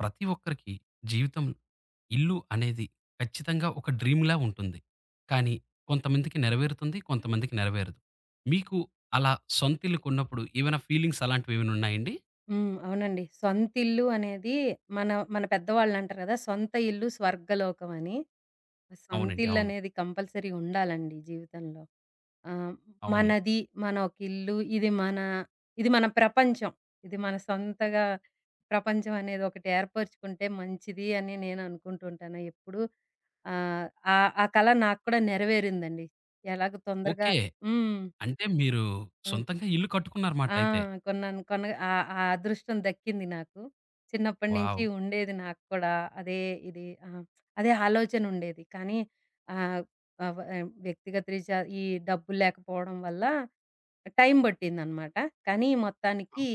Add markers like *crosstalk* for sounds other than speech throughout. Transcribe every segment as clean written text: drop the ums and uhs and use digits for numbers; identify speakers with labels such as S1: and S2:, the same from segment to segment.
S1: ప్రతి ఒక్కరికి జీవితం ఇల్లు అనేది ఖచ్చితంగా ఒక డ్రీమ్‌లా ఉంటుంది. కానీ కొంతమందికి నెరవేరుతుంది. కొంతమందికి నెరవేరదు. మీకు అలా సొంత ఇల్లు కొన్నప్పుడు ఏమైనా ఫీలింగ్స్ అలాంటివి ఏమైనా ఉన్నాయండి?
S2: హ్మ్. అవునండి. సొంతిల్లు అనేది మన మన పెద్దవాళ్ళంటారు గదా! సొంత ఇల్లు స్వర్గలోకం అని.
S1: అవునండి. అవును.
S2: సొంతిల్లనేది కంపల్సరీ ఉండాలండి జీవితంలో. ఆహ్,
S1: అవునండి.
S2: మనది, మన ఒక ఇల్లు, ఇది మన ప్రపంచం. ఇది మన సొంతగా ప్రపంచం అనేది ఒకటి ఏర్పరుచుకుంటే మంచిది అని నేను అనుకుంటూ ఉంటాను ఎప్పుడూ. ఆహ్, ఆ ఆ కల నాకు కూడా నెరవేరిందండి. ఎలాగో తొందరగా.
S1: ఓకే.
S2: హ్మ్.
S1: అంటే మీరు
S2: ఆ!
S1: సొంతంగా ఇల్లు కట్టుకున్నారన్నమాట
S2: ఆ!
S1: అయితే.
S2: కొన్నాను. ఆ అదృష్టం దక్కింది నాకు. చిన్నప్పటి నుంచి
S1: వావ్!
S2: ఉండేది నాకు కూడా. అదే ఇది ఆ! అదే ఆలోచన ఉండేది. కానీ ఆహ్, ఆహ్, వ వ్యక్తిగత రీత్యా ఈ డబ్బులు లేకపోవడం వల్ల టైం పట్టిందనమాట. కానీ మొత్తానికి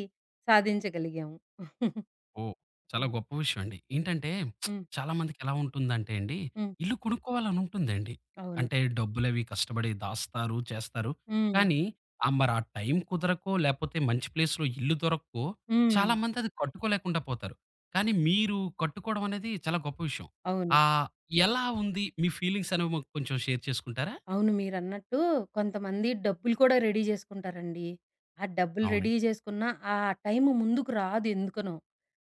S2: సాధించగలిగాము. *laughs*
S1: ఓహ్! చాలా
S2: హ్మ్.
S1: గొప్ప విషయం అండి. ఏంటంటే
S2: హ్మ్.
S1: చాలా మందికి ఎలా ఉంటుందంటే అండి,
S2: హ్మ్.
S1: ఇల్లు కొనుక్కోవాలని ఉంటుందండి.
S2: అవును.
S1: అంటే డబ్బులవి కష్టపడి దాస్తారు, చేస్తారు.
S2: హ్మ్.
S1: కానీ మరి ఆ టైం కుదరకో, లేపోతే మంచి ప్లేస్‌లో ఇల్లు దొరక్కో
S2: హ్మ్.
S1: చాలా మంది అది కట్టుకోలేకుండా పోతారు. కానీ మీరు కట్టుకోవడం అనేది చాలా గొప్ప విషయం.
S2: అవును.
S1: ఆహ్, ఎలా ఉంది మీ ఫీలింగ్స్ అనేవి మాకు కొంచెం షేర్ చేసుకుంటారా?
S2: అవును. మీరన్నట్టు కొంతమంది డబ్బులు కూడా రెడీ జేసుకుంటారండి. ఆ డబ్బులు రెడీ
S1: అవునండి.
S2: జేసుకున్న ఆ టైము ముందుకు రాదు ఎందుకనో.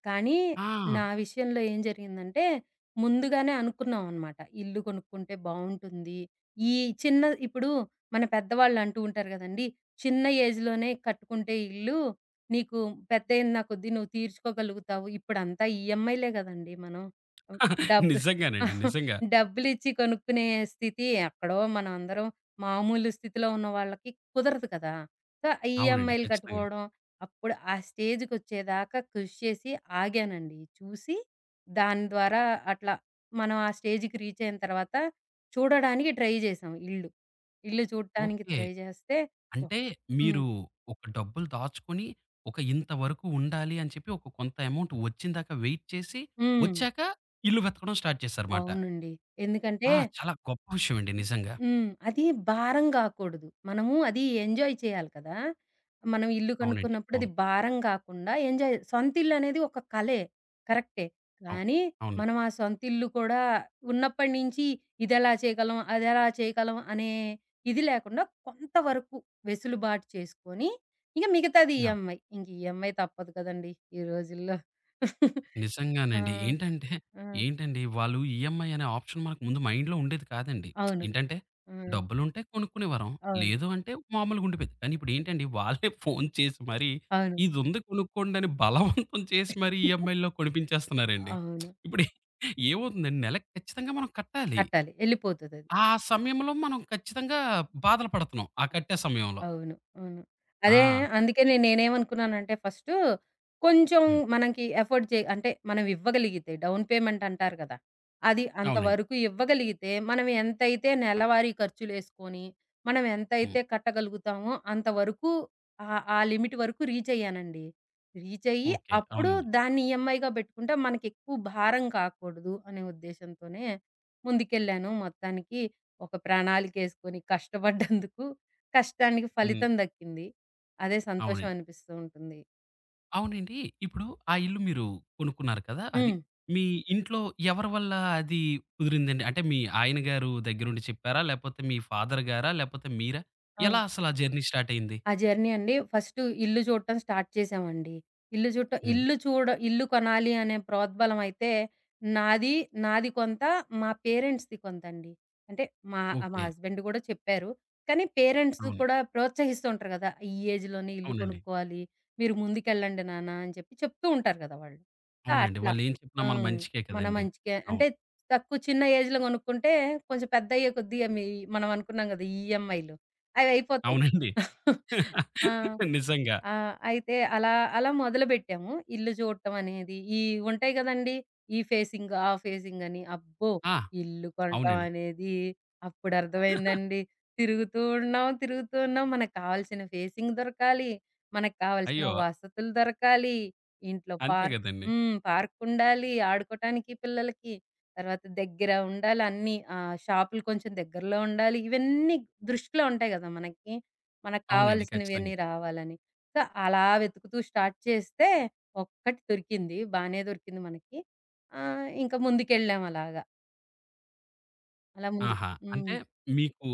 S2: కానీ
S1: ఆ!
S2: నా విషయంలో ఏం జరిగిందంటే, ముందుగానే అనుకున్నాం అనమాట. ఇల్లు కొనుక్కుంటే బావుంటుంది. ఈ చిన్న ఇప్పుడు మన పెద్దవాళ్ళు అంటూ ఉంటారు గదండీ! "చిన్న ఏజ్‌లోనే కట్టుకుంటే ఇల్లు, నీకు పెద్ద అయిన కొద్దీ నువ్వు తీర్చుకోగలుగుతావు." ఇప్పుడంతా ఈఎంఐలే గదండీ మనం.
S1: *laughs*
S2: డబ్బు
S1: నిజంగానండి.
S2: *laughs*
S1: నిజంగా.
S2: డబ్బులిచ్చి కొనుక్కునే స్థితి ఎక్కడో మనందరం మామూలు స్థితిలో ఉన్న వాళ్ళకి కుదరదు కదా! సో,
S1: అవునండి.
S2: ఈఎంఐలు
S1: ఖచ్చితంగా.
S2: కట్టుకోవడం. అప్పుడు ఆ స్టేజ్‌కొచ్చేదాకా కృషి చేసి ఆగానండి. చూసి దాని ద్వారా అట్లా మనం ఆ స్టేజ్‌కి రీచ్ అయిన తర్వాత చూడడానికి ట్రై చేశాం ఇల్లు. ఇల్లు చూడటానికి
S1: ఓకే.
S2: ట్రై చేస్తే
S1: అంటే
S2: హ్మ్.
S1: మీరు ఒక డబ్బులు దాచుకొని, ఒక ఇంత వరకు ఉండాలి అని చెప్పి ఒక కొంత అమౌంట్ వచ్చిందాకా వెయిట్ చేసి,
S2: హ్మ్.
S1: వచ్చాక ఇల్లు వెతకడం స్టార్ట్ చేశారుమాట.
S2: అవునండి. ఎందుకంటే
S1: ఆ! చాలా గొప్ప విషయం అండి నిజంగా.
S2: హ్మ్. అది భారం గాకూడదు. మనము అది ఎంజాయ్ చేయాలి కదా! మనం ఇల్లు
S1: అవునండి.
S2: కనుక్కున్నప్పుడు అది
S1: అవును.
S2: భారం గాకుండా ఎంజాయ్ సొంతిల్లనేది ఒక కలే. కరెక్టే.
S1: అవును.
S2: కానీ
S1: అవునండి.
S2: మనం ఆ సొంతిల్లు కూడా ఉన్నప్పటి నుంచి ఇదెలా చేయగలం, అదెలా చేయగలం అనే ఇది లేకుండా కొంతవరకు వెసులుబాటు చేసుకొని, ఇంక మిగతాది
S1: ఆ!
S2: ఈఎంఐ. ఇంక ఈఎంఐ తప్పదు కదండీ ఈ రోజుల్లో. *laughs* ఆ!
S1: నిజంగానండి. ఏంటంటే
S2: ఆ!
S1: ఏంటండి వాళ్ళు ఈఎంఐ అనే ఆప్షన్ మనకు ముందు మైండ్‌లో ఉండేది కాదండి.
S2: అవును.
S1: ఏంటంటే
S2: ఆ!
S1: డబ్బులుంటే కొనుక్కునేవారం.
S2: అవును.
S1: లేదు అంటే మామూలుగుండిపోయేది. కానీ ఇప్పుడేంటండి వాళ్ళే ఫోను చేసి మరీ
S2: అవును.
S1: "ఇదుంది కొనుక్కోండని" బలవంతం చేసి మరీ
S2: *laughs*
S1: ఈఎంఐ‌లో కొనిపించేస్తున్నారండి.
S2: అవును.
S1: ఇప్పుడు ఏమవుతుందండి నెలకు ఖచ్చితంగా మనం కట్టాలి.
S2: కట్టాలి. ఎళ్ళిపోతదది.
S1: ఆ సమయంలో మనం ఖచ్చితంగా బాధలు పడుతున్నాం. ఆ కట్టే సమయంలో.
S2: అవును. అవును. అదే
S1: ఆ!
S2: అందుకనే నేనేమనుకున్నానంటే ఫస్టు కొంచెం
S1: హ్మ్.
S2: మనకి ఎఫర్డ్ చే అంటే మనం ఇవ్వగలిగితే డౌన్ పేమెంట్ అంటారు కదా! అది
S1: అవునండి.
S2: అంతవరకు ఇవ్వగలిగితే మనం ఎంతైతే నెలవారీ ఖర్చులేసుకొని, మనం
S1: హ్మ్.
S2: ఎంతైతే కట్టగలుగుతామో అంతవరకు ఆ లిమిట్ వరకు రీచ్ అయ్యానండి. రీచ్ అయ్యి
S1: ఓకే.
S2: అప్పుడు
S1: అవునండి.
S2: దాన్ని ఈఎంఐగా పెట్టుకుంటే మనకెక్కువ భారం కాకూడదు అనే ఉద్దేశంతోనే ముందుకెళ్ళాను. మొత్తానికి ఒక ప్రణాళికేసుకొని కష్టపడ్డందుకు కష్టానికి
S1: హ్మ్.
S2: ఫలితం దక్కింది. అదే సంతోషం
S1: అవునండి.
S2: అనిపిస్తూ ఉంటుంది.
S1: అవునండి. ఇప్పుడు ఆ ఇల్లు మీరు కొనుక్కున్నారు కదా! అది.
S2: హ్మ్.
S1: మీ ఇంట్లో ఎవరి వల్ల అది కుదిరిందండి? అంటే మీ ఆయన గారు దగ్గరుండి చెప్పారా? లేపోతే మీ ఫాదర్ గారా? లేపోతే మీరా?
S2: ఆ!
S1: ఎలా అసలు ఆ జర్నీ స్టార్ట్ అయింది?
S2: ఆ జర్నీ అండి ఫస్ట్ ఇల్లు చూడటం స్టార్ట్ చేశామండి. ఇల్లు చూడటం
S1: హ్మ్.
S2: ఇల్లు చూడ ఇల్లు కొనాలి అనే ప్రోద్బలం అయితే నాది, నాది కొంత, మా పేరెంట్స్‌ది కొంతండి. అంటే మా
S1: ఓకే.
S2: హస్బెండ్ కూడా చెప్పారు. కానీ పేరెంట్స్
S1: అవును.
S2: కూడా ప్రోత్సహిస్తూ ఉంటారు కదా! "ఈ ఏజ్‌లోనే ఇల్లు
S1: అవునండి.
S2: కొనుక్కోవాలి. మీరు ముందుకెళ్ళండి నాన్న" అని చెప్పి చెప్తూ ఉంటారు కదా వాళ్ళు. సో,
S1: అవునండి.
S2: అట్లా.
S1: వాళ్ళేం చెప్పినా మన
S2: హ్మ్.
S1: మంచికే
S2: మన
S1: కదండీ!
S2: మంచికే అంటే
S1: అవును.
S2: చిన్న ఏజ్‌లో కొనుక్కుంటే కొంచెం పెద్దయ్యే కొద్దీ మనం అనుకున్నాం కదా! ఈఎంఐలు అవి అయిపోతాయి.
S1: అవునండి.
S2: *laughs* ఆ!
S1: *laughs* నిజంగా.
S2: ఆ! అయితే అలా మొదలుబెట్టాము. ఇల్లు చూడటం అనేది. ఉంటాయి గదండీ! ఈ ఫేసింగ్, ఆ ఫేసింగ్ అని. అబ్బో!
S1: ఆ!
S2: ఇల్లు కొనటం
S1: అవునండి.
S2: అనేది అప్పుడు
S1: *laughs*
S2: అర్థమైందండి. తిరుగుతూ ఉన్నాం, తిరుగుతూ ఉన్నాం. మనకు కావాల్సిన ఫేసింగ్ దొరకాలి. మనకు కావాల్సిన
S1: అయ్యో!
S2: వసతులు దొరకాలి. ఇంట్లో
S1: అంతే
S2: పార్క్
S1: గదండీ!
S2: హ్మ్. పార్క్ ఉండాలి ఆడుకోటానికి పిల్లలకి. తర్వాత దగ్గర ఉండాలి అన్నీ. షాపులు కొంచెం దగ్గరలో ఉండాలి. ఇవన్నీ దృష్టిలో ఉంటాయి గదా! మనకి. మనకు
S1: అవునండి.
S2: కావాల్సినవన్నీ
S1: ఖచ్చితంగా.
S2: రావాలని. సో, అలా వెతుకుతూ స్టార్ట్ చేస్తే ఒక్కటి దొరికింది. బానే దొరికింది మనకి. ఇంకా ముందుకెళ్ళాం అలాగా. అలా ముందు.
S1: ఆహా! అంటే
S2: హ్మ్.
S1: మీకు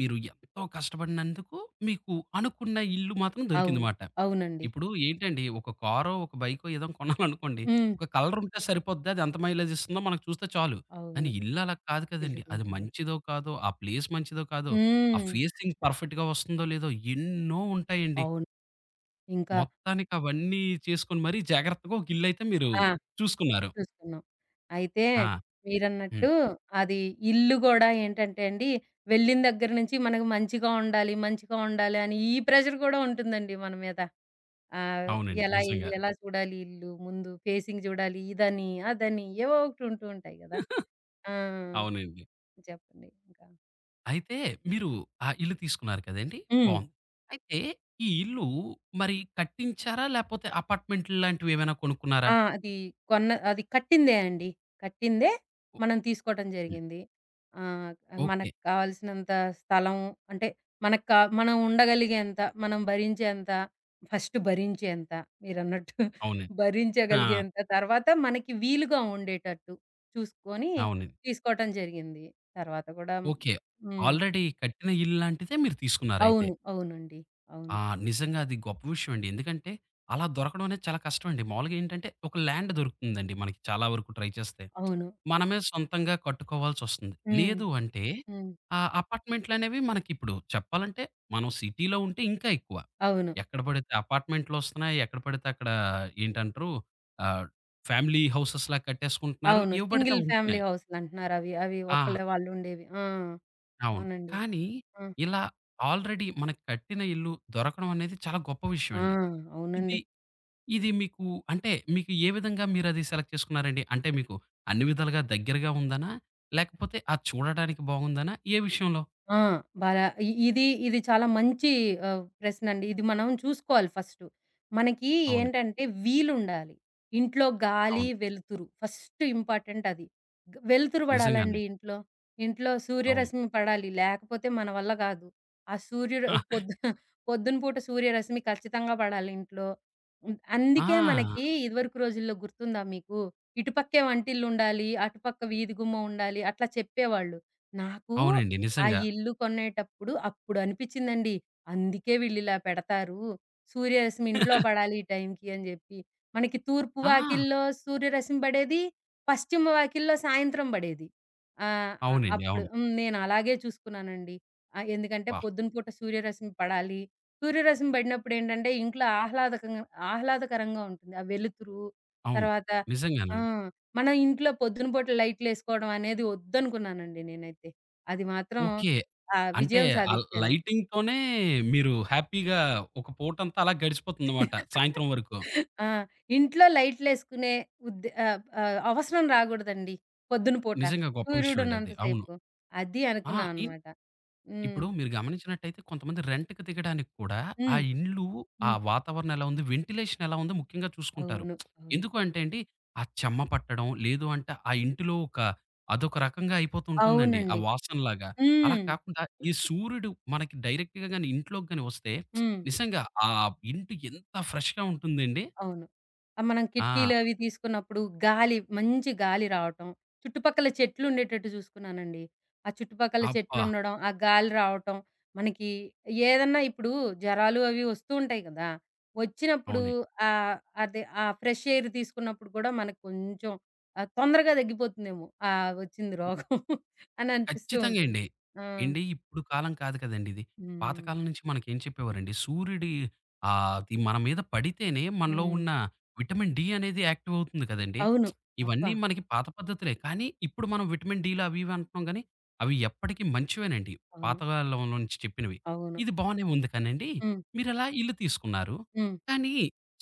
S1: మీరు ఎంతో కష్టపడినందుకు మీకు అనుకున్న ఇల్లు మాత్రం
S2: అవును.
S1: దొరికిందమాట.
S2: అవునండి.
S1: ఇప్పుడు ఏంటండి ఒక కారో, ఒక బైకో ఏదో కొనాలనుకోండి.
S2: హ్మ్.
S1: ఒక కలర్ ఉంటే సరిపోద్ది. అది ఎంత మైలేజ్ ఇస్తుందో మనకు చూస్తే చాలు. కానీ
S2: అవును.
S1: ఇల్లు అలా కాదు
S2: ఇల్లు
S1: కదండీ. అది
S2: కాదండి.
S1: మంచిదో కాదో, ఆ ప్లేస్ మంచిదో కాదో, ఆ
S2: హ్మ్.
S1: ఫేసింగ్ పర్ఫెక్ట్‌గా వస్తుందో లేదో ఎన్నో ఉంటాయండి.
S2: అవును. ఇంకా
S1: మొత్తానికి అవన్నీ చేసుకొని మరీ జాగ్రత్తగా ఒక ఇల్లు అయితే మీరు
S2: ఆ!
S1: చూసుకున్నారు.
S2: చూసుకున్నాం. అయితే
S1: ఆ! హ్మ్.
S2: మీరన్నట్టు అది ఇల్లు గూడా ఏంటంటే అండి, వెళ్ళిన దగ్గర నుంచి మనకు మంచిగా ఉండాలి, మంచిగా ఉండాలి అని ఈ ప్రెషర్ కూడా ఉంటుందండి మన మీద. ఆహ్,
S1: అవునండి.
S2: ఎలా
S1: నిజంగా.
S2: ఎలా చూడాలి ఇల్లు, ముందు ఫేసింగ్ చూడాలి, ఇదని, అదని ఏవో ఒకటి ఉంటూ ఉంటాయి గదా!
S1: *laughs*
S2: ఆ!
S1: అవునండి.
S2: చెప్పండి ఇంకా?
S1: అయితే మీరు ఆ ఇల్లు తీసుకున్నారు కదండీ!
S2: హ్మ్.
S1: బావుంది. అయితే ఈ ఇల్లు మరి కట్టించారా? లేపోతే అపార్ట్‌మెంట్ లాంటివేమైనా కొనుక్కున్నారా?
S2: ఆ! అది కొన్న అది కట్టిందే అండి. కట్టిందే
S1: ఓ
S2: మనం తీసుకోవటం
S1: హ్మ్.
S2: జరిగింది. ఆహ్,
S1: ఓకే.
S2: మనకు కావాల్సినంత స్థలం అంటే మనకు కా మనం ఉండగలిగేంత, మనం భరించేంత, ఫస్ట్ భరించేంత మీరన్నట్టు *laughs*
S1: అవునండి. ఆ!
S2: భరించగలిగేంత, తర్వాత మనకి వీలుగా ఉండేటట్టు చూసుకొని
S1: అవునండి.
S2: తీసుకోవటం జరిగింది. తర్వాత కూడా.
S1: ఓకే.
S2: హ్మ్.
S1: ఆల్రెడీ కట్టిన ఇల్లు లాంటిదే మీరు తీసుకున్నారయితే.
S2: అవును. అవునండి. అవును.
S1: ఆ! నిజంగా అది గొప్ప విషయం అండి. ఎందుకంటే, అలా దొరకడం అనేది చాలా కష్టం అండి. మామూలుగా ఏంటంటే, ఒక ల్యాండ్ దొరుకుతుందండి మనకి చాలా వరకు ట్రై చేస్తే.
S2: అవును.
S1: మనమే సొంతంగా కట్టుకోవాల్సొస్తుంది.
S2: హ్మ్.
S1: లేదు అంటే,
S2: హ్మ్.
S1: ఆ అపార్ట్‌మెంట్‌లనేవి మనకిప్పుడు చెప్పాలంటే, మనం సిటీలో ఉంటే ఇంకా ఎక్కువ.
S2: అవును.
S1: ఎక్కడ పడితే అపార్ట్‌మెంట్‌లొస్తున్నాయి. ఎక్కడ పడితే అక్కడ ఏంటంటారు, ఆహ్, ఫ్యామిలీ హౌసెస్‌లా కట్టేసుకుంటున్నారు.
S2: అవును.
S1: ఏవి పడితే
S2: సింగిల్
S1: అవి
S2: ఫ్యామిలీ
S1: ఉంటున్నాయి.
S2: హౌసులంటున్నారవి. అవి అవి
S1: ఆ!
S2: ఒక్కళ్ళే వాళ్ళుండేవి. ఆ!
S1: అవును.
S2: అవునండి.
S1: కానీ,
S2: ఆ!
S1: ఇలా ఆల్రెడీ మనకు కట్టిన ఇల్లు దొరకడం అనేది చాలా గొప్ప విషయం
S2: ఆ!
S1: అండి. ఇది
S2: అవునండి.
S1: ఇది మీకు అంటే మీకు ఏ విధంగా మీరది సెలెక్ట్ చేసుకున్నారండి? అంటే మీకు అన్ని విధాలుగా దగ్గరగా ఉందనా? లేకపోతే అది చూడటానికి బాగుందనా? ఏ విషయంలో?
S2: ఆ! బాలా ఇ ఇది ఇది చాలా మంచి ప్రశ్నండి. ఇది మనం చూసుకోవాలి ఫస్టు. మనకి
S1: అవును.
S2: ఏంటంటే వీలుండాలి. ఇంట్లో గాలి,
S1: అవును.
S2: వెలుతురు ఫస్ట్ ఇంపార్టెంట్ అది. వెలుతురు
S1: నిజంగానే.
S2: పడాలండి ఇంట్లో. ఇంట్లో
S1: అవును.
S2: సూర్యరశ్మి పడాలి. లేకపోతే మన వల్ల కాదు. ఆ సూర్యుడు
S1: *laughs*
S2: పొద్దు *laughs* పొద్దున పూట సూర్యరశ్మి ఖచ్చితంగా పడాలి ఇంట్లో. హ్మ్. అందుకే
S1: ఆ!
S2: మనకి ఇదివరకు రోజుల్లో గుర్తుందా మీకు? ఇటుపక్కే వంటిల్లుండాలి, అటుపక్క వీధి గుమ్మం ఉండాలి అట్లా చెప్పేవాళ్ళు. నాకు
S1: అవునండి.
S2: ఆ
S1: నిజంగా.
S2: ఇల్లు కొనేటప్పుడు అప్పుడు అనిపిచ్చిందండి. అందుకే వీళ్ళిలా పెడతారు. సూర్యరశ్మి ఇంట్లో
S1: *laughs*
S2: పడాలి ఈ టైంకి అని జెప్పి. మనకి తూర్పు
S1: ఆ!
S2: వాకిల్లో సూర్యరశ్మి పడేది. పశ్చిమ వాకిల్లో సాయంత్రం బడేది. ఆహ్, అ
S1: అవునండి.
S2: అప్పుడు
S1: అవును.
S2: నేనలాగే చూసుకున్నానండి. ఎందుకంటే
S1: వాహ్!
S2: పొద్దున పూట సూర్యరశ్మి పడాలి. సూర్యరశ్మి బడినప్పుడేంటంటే ఇంట్లో ఆహ్లాదకరంగా ఉంటుంది. ఆ వెలుతురు
S1: అవును.
S2: తర్వాత ఆ!
S1: నిజంగానే.
S2: మనం ఇంట్లో పొద్దున పూట లైట్‌లేసుకోవడం అనేది ఒద్దనుకున్నానండి నేనైతే. అది మాత్రం
S1: ఓకే. అంటే
S2: విజయం
S1: ఆ
S2: సాధిచ్చాను.
S1: లైటింగ్‌తోనే మీరు హ్యాపీగా ఒక పూటంతా అలా గడిచిపోతుందన్నమాట సాయంత్రం వరకు.
S2: ఆ! ఇంట్లో లైట్‌లేసుకునే అవసరం రాగూడదండి. పొద్దున పూట
S1: నిజంగా గొప్ప విషయం అండి
S2: సూర్యుడున్నంత
S1: అది. అవును.
S2: సేపు. అది
S1: ఆ!
S2: అనుకున్నాం అనమాట. హ్మ్.
S1: ఇప్పుడు మీరు గమనించినట్టయితే కొంతమంది రెంట్‌కి దిగడానికి కూడా ఆ
S2: హ్మ్.
S1: ఇల్లు, ఆ
S2: హ్మ్.
S1: వాతావరణం ఎలా ఉంది, వెంటిలేషన్ ఎలా ఉందో ముఖ్యంగా చూసుకుంటారు.
S2: అవును. అవును.
S1: ఎందుకు అంటే అండి, ఆ చెమ్మ పట్టడం, లేదు అంటే ఆ ఇంటిలో ఒక అదొక రకంగా అయిపోతూ ఉంటుందండి. ఆ
S2: అవునండి.
S1: వాసనలాగా. అలా
S2: హ్మ్.
S1: కాకుండా ఈ సూర్యుడు మనకి డైరెక్ట్‌గా గాని ఇంట్లోకి గాని వస్తే
S2: హ్మ్.
S1: నిజంగా ఆ ఇంటి ఎంత ఫ్రెష్‌గా ఉంటుందండి.
S2: అవును. మనం
S1: ఆ!
S2: కిటికీలు అవి తీసుకున్నప్పుడు మంచి గాలి రావటం, చుట్టుపక్కల చెట్లుండేటట్టు చూసుకున్నానండి. ఆ చుట్టుపక్కల
S1: అబ్బా!
S2: చెట్లుండడం, ఆ గాలి రావటం, మనకి ఏదన్నా ఇప్పుడు జరాలు అవి వస్తూ ఉంటాయి కదా! వచ్చినప్పుడు
S1: అవునండి.
S2: ఆహ్, అదే ఆ ఫ్రెష్ ఎయిర్ తీసుకున్నప్పుడు కూడా మనకు కొంచెం తొందరగా తగ్గిపోతుందేమో, వచ్చింది రోగం *laughs* అని అనిపిస్తూ
S1: ఖచ్చితంగా
S2: ఉంటుంది.
S1: అండి.
S2: ఆ!
S1: ఏండి ఇప్పుడు కాలం కాదు కదండీ ఇది.
S2: హ్మ్.
S1: పాతకాలం నుంచి మనకేం చెప్పేవారండి, సూర్యుడి అది మన మీద పడితేనే మనలో
S2: హ్మ్.
S1: ఉన్న విటమిన్ డి అనేది యాక్టివ్ అవుతుంది కదండీ.
S2: అవును. అబ్బా!
S1: ఇవన్నీ మనకి పాత పద్ధతులే. కానీ ఇప్పుడు మనం విటమిన్ డిలు అవి ఇవి అంటున్నాం గానీ, అవి ఎప్పటికీ మంచివేనండి.
S2: అవును.
S1: పాతకాలం నుంచి చెప్పినవి.
S2: అవును.
S1: ఇది బానే ఉంది కానండి,
S2: హ్మ్.
S1: మీరలా ఇల్లు తీసుకున్నారు.
S2: హ్మ్.
S1: కానీ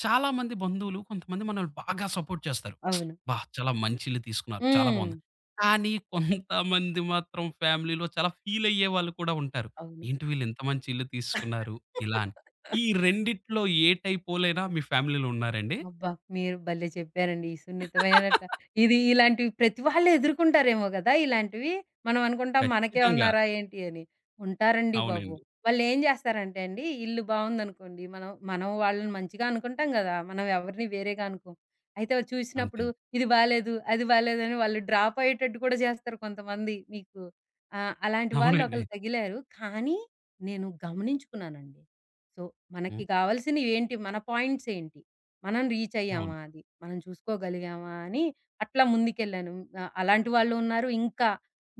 S1: చాలా మంది బంధువులు కొంతమంది మనల్ని బాగా సపోర్ట్ చేస్తారు.
S2: అవును.
S1: "అబ్బా! చాలా మంచి ఇల్లు తీసుకున్నారు. చాలా
S2: హ్మ్.
S1: బావుంది." కానీ కొంతమంది మాత్రం ఫ్యామిలీలో చాలా ఫీలయ్యే వాళ్ళు కూడా ఉంటారు.
S2: అవును.
S1: ఏంటి వీళ్ళు ఇంత మంచి ఇల్లు తీసుకున్నారు ఇలా అని.
S2: *laughs*
S1: ఈ రెండిట్లో ఏ టైప్ వోలైనా మీ ఫ్యామిలీలో ఉన్నారండి?
S2: అబ్బా! మీరు భలే చెప్పారండి. ఈ సున్నితమైన ట ఇది ఇలాంటివి ప్రతి వాళ్ళు ఎదుర్కొంటారేమో గదా! ఇలాంటివి. మనం అనుకుంటాం మనకే
S1: ఖచ్చితంగా.
S2: ఉన్నారా ఏంటి అని. ఉంటారండి బాబు.
S1: అవునండి.
S2: వాళ్ళేం జేస్తారంటే అండి, ఇల్లు బావుందనుకోండి, మనం మనం వాళ్ళని మంచిగా అనుకుంటాం గదా! మనం ఎవరిని వేరేగా అనుకోం. అయితే వాళ్ళు చూసినప్పుడు
S1: అంతేనండి.
S2: ఇది బాలేదు, అది బాలేదని వాళ్ళు డ్రాప్ అయ్యేటట్టు కూడా జేస్తారు కొంతమంది మీకు. అలాంటి వాళ్ళు
S1: అవునండి.
S2: ఒకళ్ళు తగిలారు. కానీ నేను గమనించుకున్నానండి. సో, మనకి
S1: హ్మ్.
S2: గావాల్సినవి ఏంటి? మన పాయింట్స్ ఏంటి? మనం రీచ్
S1: అవును.
S2: అయ్యామా అది? మనం చూసుకోగలిగామా? అని అట్లా ముందుకెళ్ళాను. అలాంటి వాళ్ళు ఉన్నారు. ఇంకా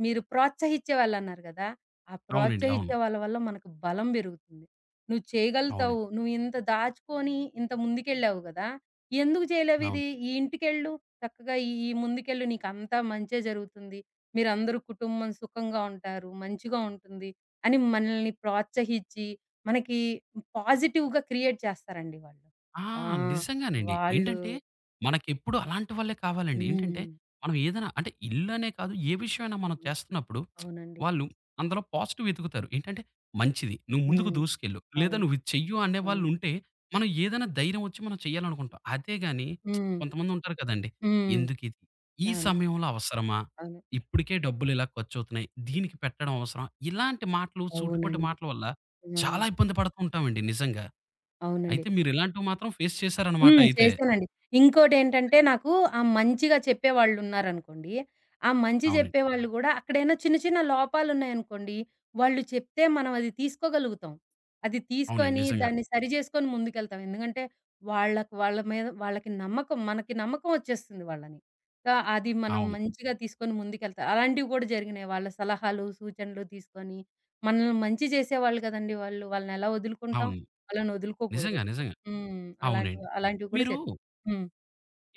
S2: మీరు ప్రోత్సహిచ్చే వాళ్ళన్నారు గదా! ఆ
S1: అవునండి. అవును.
S2: ప్రోత్సహిచ్చే వాళ్ళ వల్ల మనకు బలం బెరుగుతుంది. "నువ్వు చేయగలుగుతావు.
S1: అవునండి.
S2: నువ్వు ఇంత దాచుకొని ఇంత ముందుకెళ్ళావు గదా! ఎందుకు
S1: అవును.
S2: చేయలేవిది? ఈ ఇంటికెళ్ళు. చక్కగా ఈ ఈ ముందుకెళ్ళు. నీకంతా మంచే జరుగుతుంది. మీరందరూ కుటుంబం సుఖంగా ఉంటారు. మంచిగా ఉంటుంది" అని మనల్ని ప్రోత్సహిచ్చి, మనకి పాజిటివ్‌గా క్రియేట్ చేస్తారండి వాళ్ళు.
S1: ఆ!
S2: ఆ!
S1: నిజంగానండి.
S2: వాళ్ళు.
S1: ఏంటంటే, మనకెప్పుడు అలాంటి వాళ్ళే కావాలండి.
S2: హ్మ్.
S1: ఏంటంటే, మనం ఏదైనా అంటే ఇల్లనే కాదు, ఏ విషయమైనా మనం
S2: హ్మ్.
S1: చేస్తున్నప్పుడు
S2: అవునండి.
S1: వాళ్ళు అందులో పాజిటివ్ వెతుకుతారు. ఏంటంటే, మంచిది నువ్వు ముందుకు
S2: హ్మ్.
S1: దూసుకెళ్ళు, లేదా
S2: అవును.
S1: నువ్విది చెయ్యు
S2: అవును.
S1: అనేవాళ్ళుంటే, మనం ఏదైనా ధైర్యం వచ్చి మనం చేయాలనుకుంటాం. అదే గాని
S2: హ్మ్.
S1: కొంతమందుంటారు కదండీ!
S2: హ్మ్.
S1: ఎందుకిది? ఈ
S2: అవును.
S1: సమయంలో అవసరమా?
S2: అవును.
S1: ఇప్పటికే డబ్బులిలా ఖర్చవుతున్నాయి. దీనికి పెట్టడం అవసరమా? ఇలాంటి మాటలు, సూటిపోటి
S2: అవునండి.
S1: మాటల వల్ల
S2: ఆ!
S1: చాలా ఇబ్బంది పడుతూ ఉంటామండి నిజంగా.
S2: అవునండి.
S1: అయితే మీరిలాంటివి మాత్రం ఫేస్ చేశారన్నమాట
S2: హ్మ్.
S1: అయితే.
S2: చేశానండి. ఇంకోటేంటంటే నాకు ఆ మంచిగా చెప్పేవాళ్ళున్నారనుకోండి, ఆ మంచి
S1: అవునండి.
S2: చెప్పేవాళ్ళు గూడా అక్కడేనా చిన్న చిన్న లోపాలున్నాయనుకోండి, వాళ్ళు చెప్తే మనం అది తీసుకోగలుగుతాం. అది
S1: అవునండి.
S2: తీసుకొని
S1: నిజంగా.
S2: దాన్ని సరి జేసుకొని ముందుకెళ్తాం. ఎందుకంటే వాళ్ళకి వాళ్ళ మీద వాళ్ళకి నమ్మకం మనకి నమ్మకం వచ్చేస్తుంది వాళ్ళని. సో, అది మనం
S1: అవును.
S2: మంచిగా తీసుకొని ముందుకెళ్తా. అలాంటివి గూడా జరిగినాయి. వాళ్ళ సలహాలు, సూచనలు తీసుకొని మనల్ని మంచి చేసేవాళ్ళు గదండీ వాళ్ళు. వాళ్ళనెలా వదులుకుంటాం?
S1: అవునండి.
S2: వాళ్ళని వదులుకోకూడదు.
S1: నిజంగా. నిజంగా.
S2: హ్మ్.
S1: అవునండి.
S2: అలాంటివి అలాంటివి కూడా
S1: మీరు
S2: జరిగాయి. హ్మ్.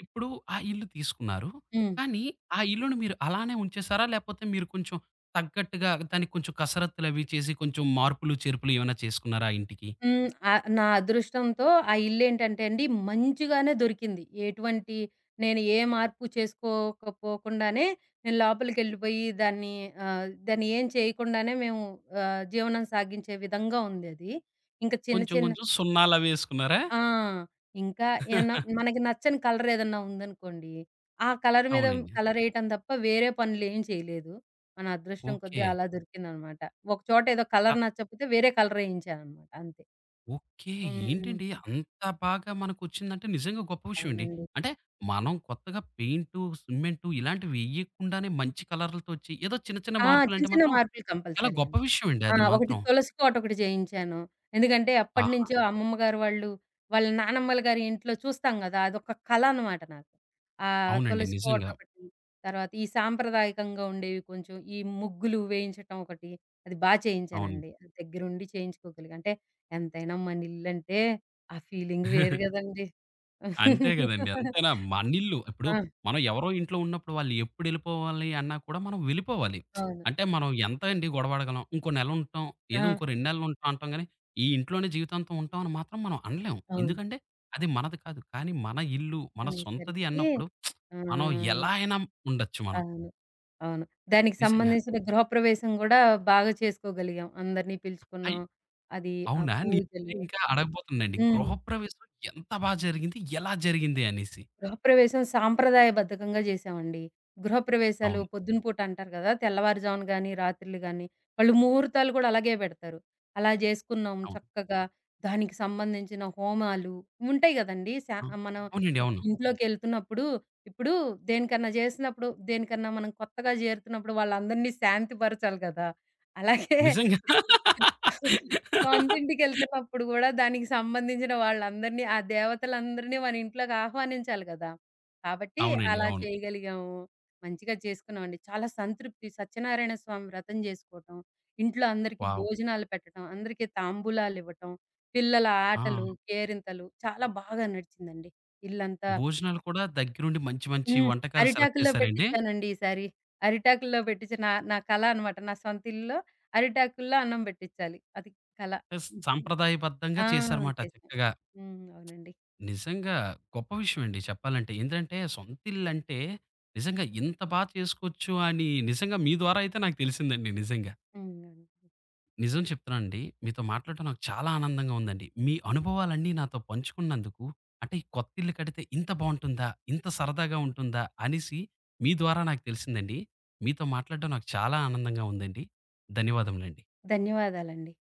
S1: ఇప్పుడు ఆ ఇల్లు తీసుకున్నారు.
S2: హ్మ్.
S1: కానీ ఆ ఇల్లుని మీరు అలానే ఉంచేసారా? లేపోతే మీరు కొంచెం తగ్గట్టుగా దానికి కొంచెం కసరత్తులవి చేసి కొంచెం మార్పులు, చేర్పులు ఏమైనా చేసుకున్నారా ఆ ఇంటికి?
S2: హ్మ్. నా అదృష్టంతో ఆ ఇల్లేంటంటే అండి మంచిగానే దొరికింది. ఎటువంటి నేను ఏ మార్పు చేసుకోకపోకుండానే నేను లోపలికెళ్ళిపోయి దాన్ని ఏం చేయకుండానే మేము జీవనం సాగించే విధంగా ఉందది. ఇంక చిన్న
S1: కొంచెం
S2: చిన్న
S1: కొంచెం సున్నాలవేసుకున్నారా?
S2: ఆ! ఇంకా ఏమన్నా మనకి నచ్చని కలర్ ఏదన్నా ఉందనుకోండి, ఆ కలర్ మీద
S1: అవునండి.
S2: కలరేయటం తప్ప వేరే పనులేం చేయలేదు. మన అదృష్టం కొద్దీ
S1: ఓకే.
S2: అలా దొరికిందనమాట. ఒక చోట ఏదో
S1: చ
S2: కలర్ నచ్చకపోతే వేరే కలర్ ఏయించాననమాట అంతే.
S1: ఓకే.
S2: హ్మ్.
S1: ఏంటండి అంత బాగా మనకొచ్చిందంటే నిజంగా గొప్ప విషయం అండి.
S2: అవునండి.
S1: అంటే మనం కొత్తగా పెయింటు, సిమెంటు ఇలాంటివి ఎయ్యకుండానే మంచి కలర్‌లతో వచ్చి ఏదో చిన్న చిన్న
S2: ఆ! చిన్న
S1: మార్పులంటే
S2: చిన్న
S1: మాత్రం
S2: మార్పులు
S1: చాలా
S2: కంపల్సరీ
S1: గొప్ప
S2: అండి.
S1: విషయం అండి
S2: ఆ!
S1: అది
S2: ఒకటి
S1: మాత్రం.
S2: తులసి కోటొకటి చేయించాను. ఎందుకంటే
S1: ఆహా!
S2: అప్పటినుంచో అమ్మమ్మ గారు వాళ్ళు, వాళ్ళ నానమ్మల గారి ఇంట్లో చూస్తాం గదా! అదొక కళ అనమాట నాకు.
S1: అవునండి.
S2: తులసి
S1: నిజంగా.
S2: కోటొకటి, తర్వాత ఈ సాంప్రదాయకంగా ఉండేవి కొంచెం ఈ ముగ్గులు వేయించటం ఒకటి, అది
S1: అవును.
S2: చేయించానండి. అది దగ్గరుండి చేయించుకోగలిగా. అంటే ఎంతైనా మనిల్లంటే ఆ ఫీలింగ్ వేరు గదండీ!
S1: అంతే గదండీ. అంతేనా మనిల్లు. ఇప్పుడు
S2: ఆ!
S1: మనం ఎవరో ఇంట్లో ఉన్నప్పుడు వాళ్ళు ఎప్పుడెళ్ళిపోవాలి అన్నా కూడా మనం వెళ్ళిపోవాలి.
S2: అవును.
S1: అంటే మనం ఎంత అండి గొడవడగలం. ఇంకో నెల ఉంటాం. ఏదో
S2: ఆ!
S1: ఇంకో 2 నెలలు ఉంటాం అంటాం గానీ, ఈ ఇంట్లోనే జీవితాంతం ఉంటాం అని మాత్రం మనం అనలేం.
S2: అవును.
S1: ఎందుకంటే అది మనది కాదు. కానీ మన ఇల్లు, మన సొంతది
S2: అనేసరికి.
S1: అన్నప్పుడు మనం
S2: ఆహ్,
S1: ఎలా అయినా ఉండొచ్చు మనం.
S2: అవును. అవును. దానికి
S1: నిజంగా.
S2: సంబంధించిన గృహప్రవేశం గూడా బాగా చేసుకోగలిగాం. అందరిని
S1: అయ్
S2: పిలుచుకున్నాం. అది ఆ
S1: అవునా? నేనదే
S2: పూజలు.
S1: ఇంకా అడగబోతున్నానండి.
S2: హ్మ్.
S1: గృహప్రవేశం ఎంత బా జరిగింది? ఎలా జరిగింది అనేసి?
S2: గృహప్రవేశం సాంప్రదాయబద్ధకంగా చేశామండి. గృహప్రవేశాలు
S1: అవును.
S2: పొద్దున పూట అంటారు కదా! తెల్లవారుజామున గాని, రాత్రులు గాని వాళ్ళు ముహూర్తాలు కూడా అలాగే పెడతారు. అలా చేసుకున్నాం
S1: అవును.
S2: చక్కగా. దానికి సంబంధించిన హోమాలు ఉంటాయి గదండీ!
S1: ఆ!
S2: మనం
S1: అవునండి.
S2: ఒక
S1: అవును.
S2: ఇంట్లోకెళ్తున్నప్పుడు ఇప్పుడు దేనికన్నా చేసినప్పుడు, దేనికన్నా మనం కొత్తగా చేరుతున్నప్పుడు వాళ్ళందరినీ శాంతిపరచాలి కదా! అలాగే
S1: నిజంగా.
S2: సొంత ఇంటికెళ్తున్నప్పుడు గూడా దానికి సంబంధించిన వాళ్ళందరినీ, ఆ దేవతలందరినీ మన ఇంట్లోకి ఆహ్వానించాలి గదా! కాబట్టి
S1: అవునండి.
S2: అలా
S1: అవును.
S2: చేయగలిగాము. మంచిగా చేసుకున్నామండి. చాలా సంతృప్తి. సత్యనారాయణ స్వామి వ్రతం జేసుకోవటం, ఇంట్లో అందరికీ
S1: వావ్!
S2: భోజనాలు పెట్టటం, అందరికీ తాంబూలాలివ్వటం, పిల్లల
S1: ఆ!
S2: ఆటలు, కేరింతలు చాలా బాగా నడిచిందండి. ఇల్లంతా
S1: భోజనాలు కూడా దగ్గరుండి మంచి మంచి
S2: హ్మ్.
S1: వంటకాలు సెలెక్ట్
S2: అరిటాకుల్లో
S1: చేశారండి.
S2: పెట్టిచ్చానండి ఈసారి. అరిటాకుల్లో పెట్టించి నా నా కల అనమాట. నా సొంత ఇల్లులో అరిటాకుల్లో అన్నం బెట్టిచ్చాలి. అది కల.
S1: స్ సాంప్రదాయబద్ధంగా
S2: ఆ!
S1: చేశారమాట
S2: చేశాను.
S1: చక్కగా.
S2: హ్మ్. అవునండి.
S1: నిజంగా గొప్ప విషయం అండి చెప్పాలంటే. ఏందంటే సొంత ఇల్లంటే నిజంగా ఇంత బా చేసుకోవచ్చు అని నిజంగా మీ ద్వారా అయితే నాకు తెలిసిందండి నిజంగా.
S2: హ్మ్. అవును.
S1: నిజం చెప్తున్నానండి. మీతో మాట్లాడటం నాకు చాలా ఆనందంగా ఉందండి. మీ అనుభవాలన్నీ నాతో పంచుకున్నందుకు, అంటే ఈ కొత్తిల్లు కడితే ఇంత బావుంటుందా? ఇంత సరదాగా ఉంటుందా? అనేసి మీ ద్వారా నాకు తెలిసిందండి. మీతో మాట్లాడడం నాకు చాలా ఆనందంగా ఉందండి. ధన్యవాదములండి.
S2: ధన్యవాదాలండి.